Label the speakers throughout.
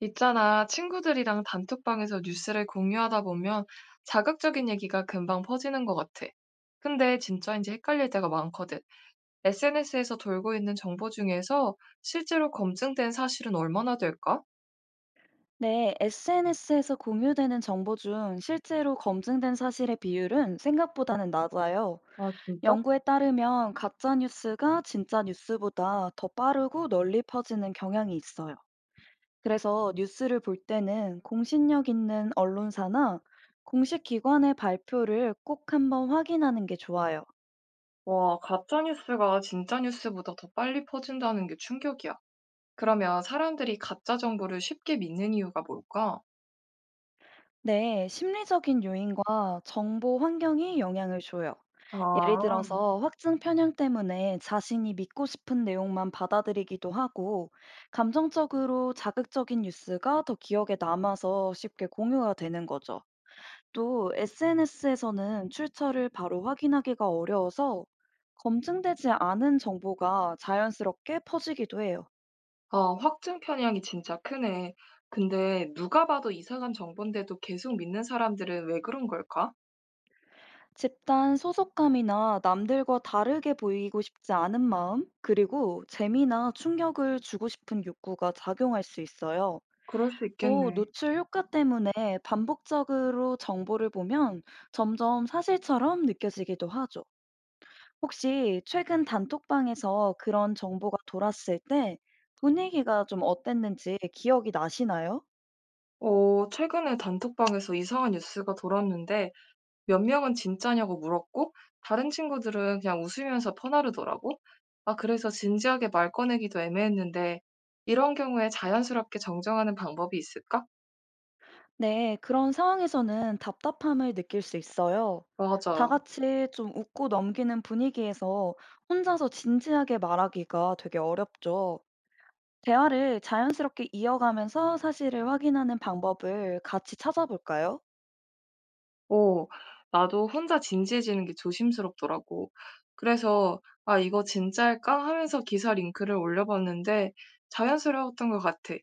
Speaker 1: 있잖아, 친구들이랑 단톡방에서 뉴스를 공유하다 보면 자극적인 얘기가 금방 퍼지는 것 같아. 근데 진짜인지 헷갈릴 때가 많거든. SNS에서 돌고 있는 정보 중에서 실제로 검증된 사실은 얼마나 될까?
Speaker 2: 네, SNS에서 공유되는 정보 중 실제로 검증된 사실의 비율은 생각보다는 낮아요.
Speaker 1: 아, 진짜?
Speaker 2: 연구에 따르면 가짜 뉴스가 진짜 뉴스보다 더 빠르고 널리 퍼지는 경향이 있어요. 그래서 뉴스를 볼 때는 공신력 있는 언론사나 공식 기관의 발표를 꼭 한번 확인하는 게 좋아요.
Speaker 1: 와, 가짜 뉴스가 진짜 뉴스보다 더 빨리 퍼진다는 게 충격이야. 그러면 사람들이 가짜 정보를 쉽게 믿는 이유가 뭘까?
Speaker 2: 네, 심리적인 요인과 정보 환경이 영향을 줘요.
Speaker 1: 아,
Speaker 2: 예를 들어서 확증 편향 때문에 자신이 믿고 싶은 내용만 받아들이기도 하고, 감정적으로 자극적인 뉴스가 더 기억에 남아서 쉽게 공유가 되는 거죠. 또 SNS에서는 출처를 바로 확인하기가 어려워서 검증되지 않은 정보가 자연스럽게 퍼지기도 해요.
Speaker 1: 아 확증 편향이 진짜 크네. 근데 누가 봐도 이상한 정보인데도 계속 믿는 사람들은 왜 그런 걸까?
Speaker 2: 집단 소속감이나 남들과 다르게 보이고 싶지 않은 마음, 그리고 재미나 충격을 주고 싶은 욕구가 작용할 수 있어요.
Speaker 1: 그럴 수
Speaker 2: 또
Speaker 1: 있겠네.
Speaker 2: 노출 효과 때문에 반복적으로 정보를 보면 점점 사실처럼 느껴지기도 하죠. 혹시 최근 단톡방에서 그런 정보가 돌았을 때 분위기가 좀 어땠는지 기억이 나시나요?
Speaker 1: 어, 최근에 단톡방에서 이상한 뉴스가 돌았는데 몇 명은 진짜냐고 물었고 다른 친구들은 그냥 웃으면서 퍼나르더라고. 아, 그래서 진지하게 말 꺼내기도 애매했는데 이런 경우에 자연스럽게 정정하는 방법이 있을까?
Speaker 2: 네, 그런 상황에서는 답답함을 느낄 수 있어요. 다
Speaker 1: 맞아.
Speaker 2: 같이 좀 웃고 넘기는 분위기에서 혼자서 진지하게 말하기가 되게 어렵죠. 대화를 자연스럽게 이어가면서 사실을 확인하는 방법을 같이 찾아볼까요?
Speaker 1: 어. 나도 혼자 진지해지는 게 조심스럽더라고. 그래서 '아 이거 진짜일까?' 하면서 기사 링크를 올려봤는데 자연스러웠던 것 같아.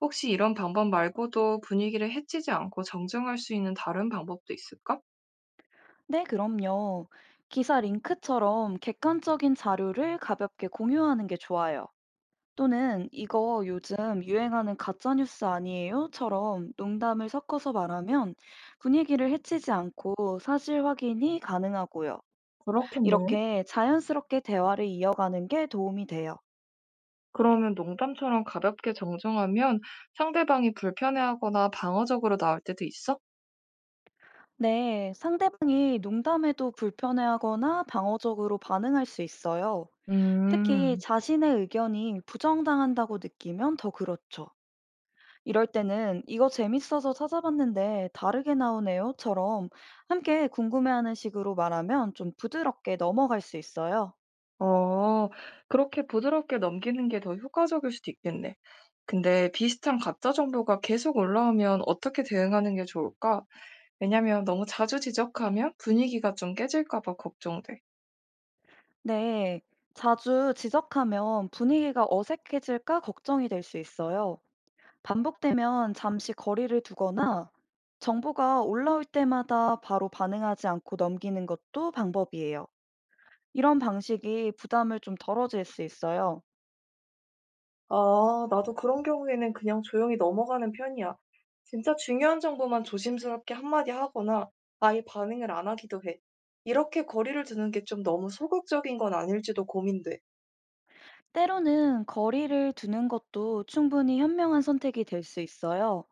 Speaker 1: 혹시 이런 방법 말고도 분위기를 해치지 않고 정정할 수 있는 다른 방법도 있을까?
Speaker 2: 네, 그럼요. 기사 링크처럼 객관적인 자료를 가볍게 공유하는 게 좋아요. 또는 이거 요즘 유행하는 가짜뉴스 아니에요?처럼 농담을 섞어서 말하면 분위기를 해치지 않고 사실 확인이 가능하고요.
Speaker 1: 그렇겠네.
Speaker 2: 이렇게 자연스럽게 대화를 이어가는 게 도움이 돼요.
Speaker 1: 그러면 농담처럼 가볍게 정정하면 상대방이 불편해하거나 방어적으로 나올 때도 있어?
Speaker 2: 네, 상대방이 농담에도 불편해하거나 방어적으로 반응할 수 있어요. 특히
Speaker 1: 음.
Speaker 2: 자신의 의견이 부정당한다고 느끼면 더 그렇죠. 이럴 때는 이거 재밌어서 찾아봤는데 다르게 나오네요처럼 함께 궁금해하는 식으로 말하면 좀 부드럽게 넘어갈 수 있어요.
Speaker 1: 어. 그렇게 부드럽게 넘기는 게 더 효과적일 수도 있겠네. 근데 비슷한 가짜 정보가 계속 올라오면 어떻게 대응하는 게 좋을까? 왜냐면 너무 자주 지적하면 분위기가 좀 깨질까 봐 걱정돼.
Speaker 2: 네, 자주 지적하면 분위기가 어색해질까 걱정이 될 수 있어요. 반복되면 잠시 거리를 두거나 정보가 올라올 때마다 바로 반응하지 않고 넘기는 것도 방법이에요. 이런 방식이 부담을 좀 덜어질 수 있어요.
Speaker 1: 아, 나도 그런 경우에는 그냥 조용히 넘어가는 편이야. 진짜 중요한 정보만 조심스럽게 한마디 하거나 아예 반응을 안 하기도 해. 이렇게 거리를 두는 게 좀 너무 소극적인 건 아닐지도 고민돼.
Speaker 2: 때로는 거리를 두는 것도 충분히 현명한 선택이 될 수 있어요.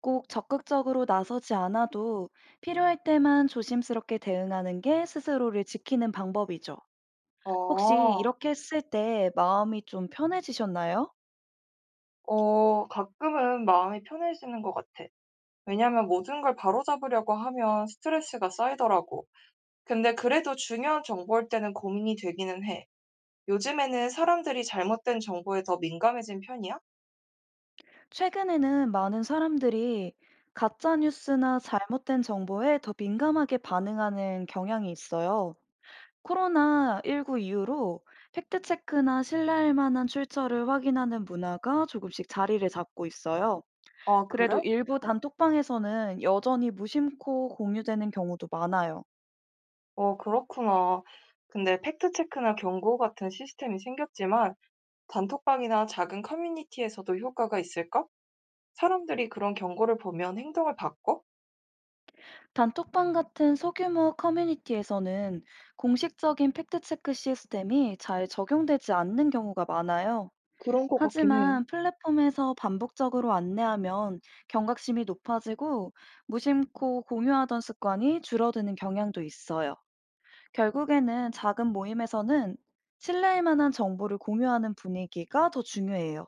Speaker 2: 꼭 적극적으로 나서지 않아도 필요할 때만 조심스럽게 대응하는 게 스스로를 지키는 방법이죠. 혹시
Speaker 1: 아,
Speaker 2: 이렇게 했을 때 마음이 좀 편해지셨나요?
Speaker 1: 어, 가끔은 마음이 편해지는 것 같아. 왜냐면 모든 걸 바로잡으려고 하면 스트레스가 쌓이더라고. 근데 그래도 중요한 정보일 때는 고민이 되기는 해. 요즘에는 사람들이 잘못된 정보에 더 민감해진 편이야?
Speaker 2: 최근에는 많은 사람들이 가짜뉴스나 잘못된 정보에 더 민감하게 반응하는 경향이 있어요. 코로나19 이후로 팩트체크나 신뢰할 만한 출처를 확인하는 문화가 조금씩 자리를 잡고 있어요.
Speaker 1: 아,
Speaker 2: 그래도
Speaker 1: 그래?
Speaker 2: 일부 단톡방에서는 여전히 무심코 공유되는 경우도 많아요.
Speaker 1: 어, 그렇구나. 근데 팩트체크나 경고 같은 시스템이 생겼지만 단톡방이나 작은 커뮤니티에서도 효과가 있을까? 사람들이 그런 경고를 보면 행동을 바꿔?
Speaker 2: 단톡방 같은 소규모 커뮤니티에서는 공식적인 팩트체크 시스템이 잘 적용되지 않는 경우가 많아요.
Speaker 1: 그런 것 같긴 해.
Speaker 2: 하지만 플랫폼에서 반복적으로 안내하면 경각심이 높아지고 무심코 공유하던 습관이 줄어드는 경향도 있어요. 결국에는 작은 모임에서는 신뢰할 만한 정보를 공유하는 분위기가 더 중요해요.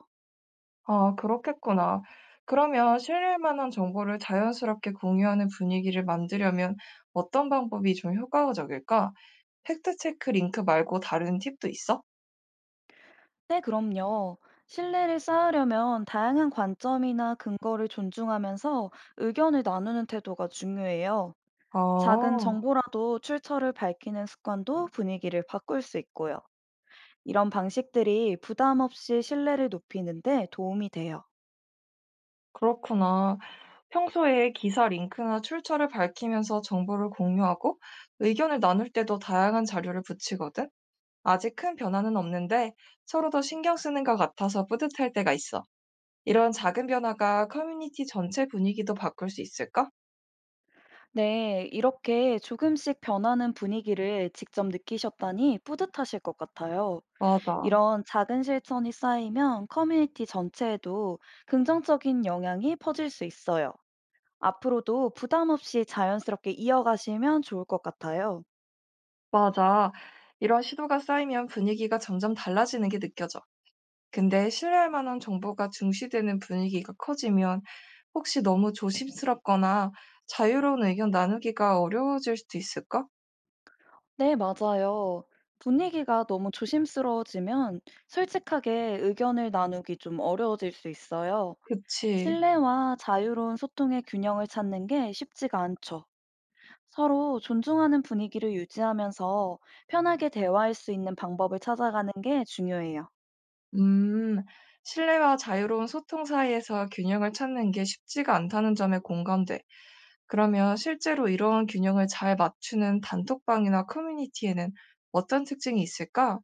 Speaker 1: 아, 그렇겠구나. 그러면 신뢰할 만한 정보를 자연스럽게 공유하는 분위기를 만들려면 어떤 방법이 좀 효과적일까? 팩트 체크 링크 말고 다른 팁도 있어?
Speaker 2: 네, 그럼요. 신뢰를 쌓으려면 다양한 관점이나 근거를 존중하면서 의견을 나누는 태도가 중요해요. 작은
Speaker 1: 아
Speaker 2: 정보라도 출처를 밝히는 습관도 분위기를 바꿀 수 있고요. 이런 방식들이 부담 없이 신뢰를 높이는데 도움이 돼요.
Speaker 1: 그렇구나. 평소에 기사 링크나 출처를 밝히면서 정보를 공유하고 의견을 나눌 때도 다양한 자료를 붙이거든. 아직 큰 변화는 없는데 서로 더 신경 쓰는 것 같아서 뿌듯할 때가 있어. 이런 작은 변화가 커뮤니티 전체 분위기도 바꿀 수 있을까?
Speaker 2: 네, 이렇게 조금씩 변하는 분위기를 직접 느끼셨다니 뿌듯하실 것 같아요.
Speaker 1: 맞아.
Speaker 2: 이런 작은 실천이 쌓이면 커뮤니티 전체에도 긍정적인 영향이 퍼질 수 있어요. 앞으로도 부담 없이 자연스럽게 이어가시면 좋을 것 같아요.
Speaker 1: 맞아. 이런 시도가 쌓이면 분위기가 점점 달라지는 게 느껴져. 근데 신뢰할 만한 정보가 중시되는 분위기가 커지면 혹시 너무 조심스럽거나 자유로운 의견 나누기가 어려워질 수도 있을까?
Speaker 2: 네, 맞아요. 분위기가 너무 조심스러워지면 솔직하게 의견을 나누기 좀 어려워질 수 있어요.
Speaker 1: 그치.
Speaker 2: 신뢰와 자유로운 소통의 균형을 찾는 게 쉽지가 않죠. 서로 존중하는 분위기를 유지하면서 편하게 대화할 수 있는 방법을 찾아가는 게 중요해요.
Speaker 1: 음. 신뢰와 자유로운 소통 사이에서 균형을 찾는 게 쉽지가 않다는 점에 공감돼. 그러면 실제로 이런 균형을 잘 맞추는 단톡방이나 커뮤니티에는 어떤 특징이 있을까?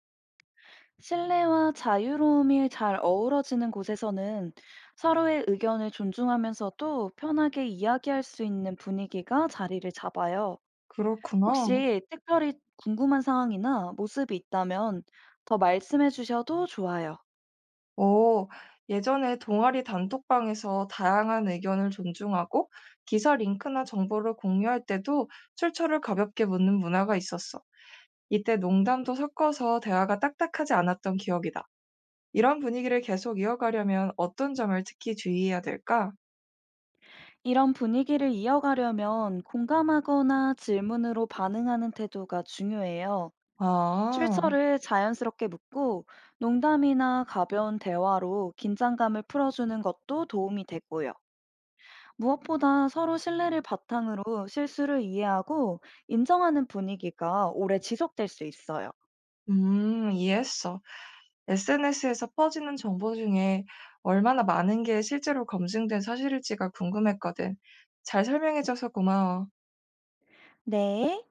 Speaker 2: 신뢰와 자유로움이 잘 어우러지는 곳에서는 서로의 의견을 존중하면서도 편하게 이야기할 수 있는 분위기가 자리를 잡아요.
Speaker 1: 그렇구나.
Speaker 2: 혹시 특별히 궁금한 상황이나 모습이 있다면 더 말씀해 주셔도 좋아요.
Speaker 1: 오, 예전에 동아리 단톡방에서 다양한 의견을 존중하고 기사 링크나 정보를 공유할 때도 출처를 가볍게 묻는 문화가 있었어. 이때 농담도 섞어서 대화가 딱딱하지 않았던 기억이다. 이런 분위기를 계속 이어가려면 어떤 점을 특히 주의해야 될까?
Speaker 2: 이런 분위기를 이어가려면 공감하거나 질문으로 반응하는 태도가 중요해요.
Speaker 1: 아,
Speaker 2: 출처를 자연스럽게 묻고 농담이나 가벼운 대화로 긴장감을 풀어주는 것도 도움이 되고요. 무엇보다 서로 신뢰를 바탕으로 실수를 이해하고 인정하는 분위기가 오래 지속될 수 있어요.
Speaker 1: 이해했어. SNS에서 퍼지는 정보 중에 얼마나 많은 게 실제로 검증된 사실일지가 궁금했거든. 잘 설명해줘서 고마워.
Speaker 2: 네.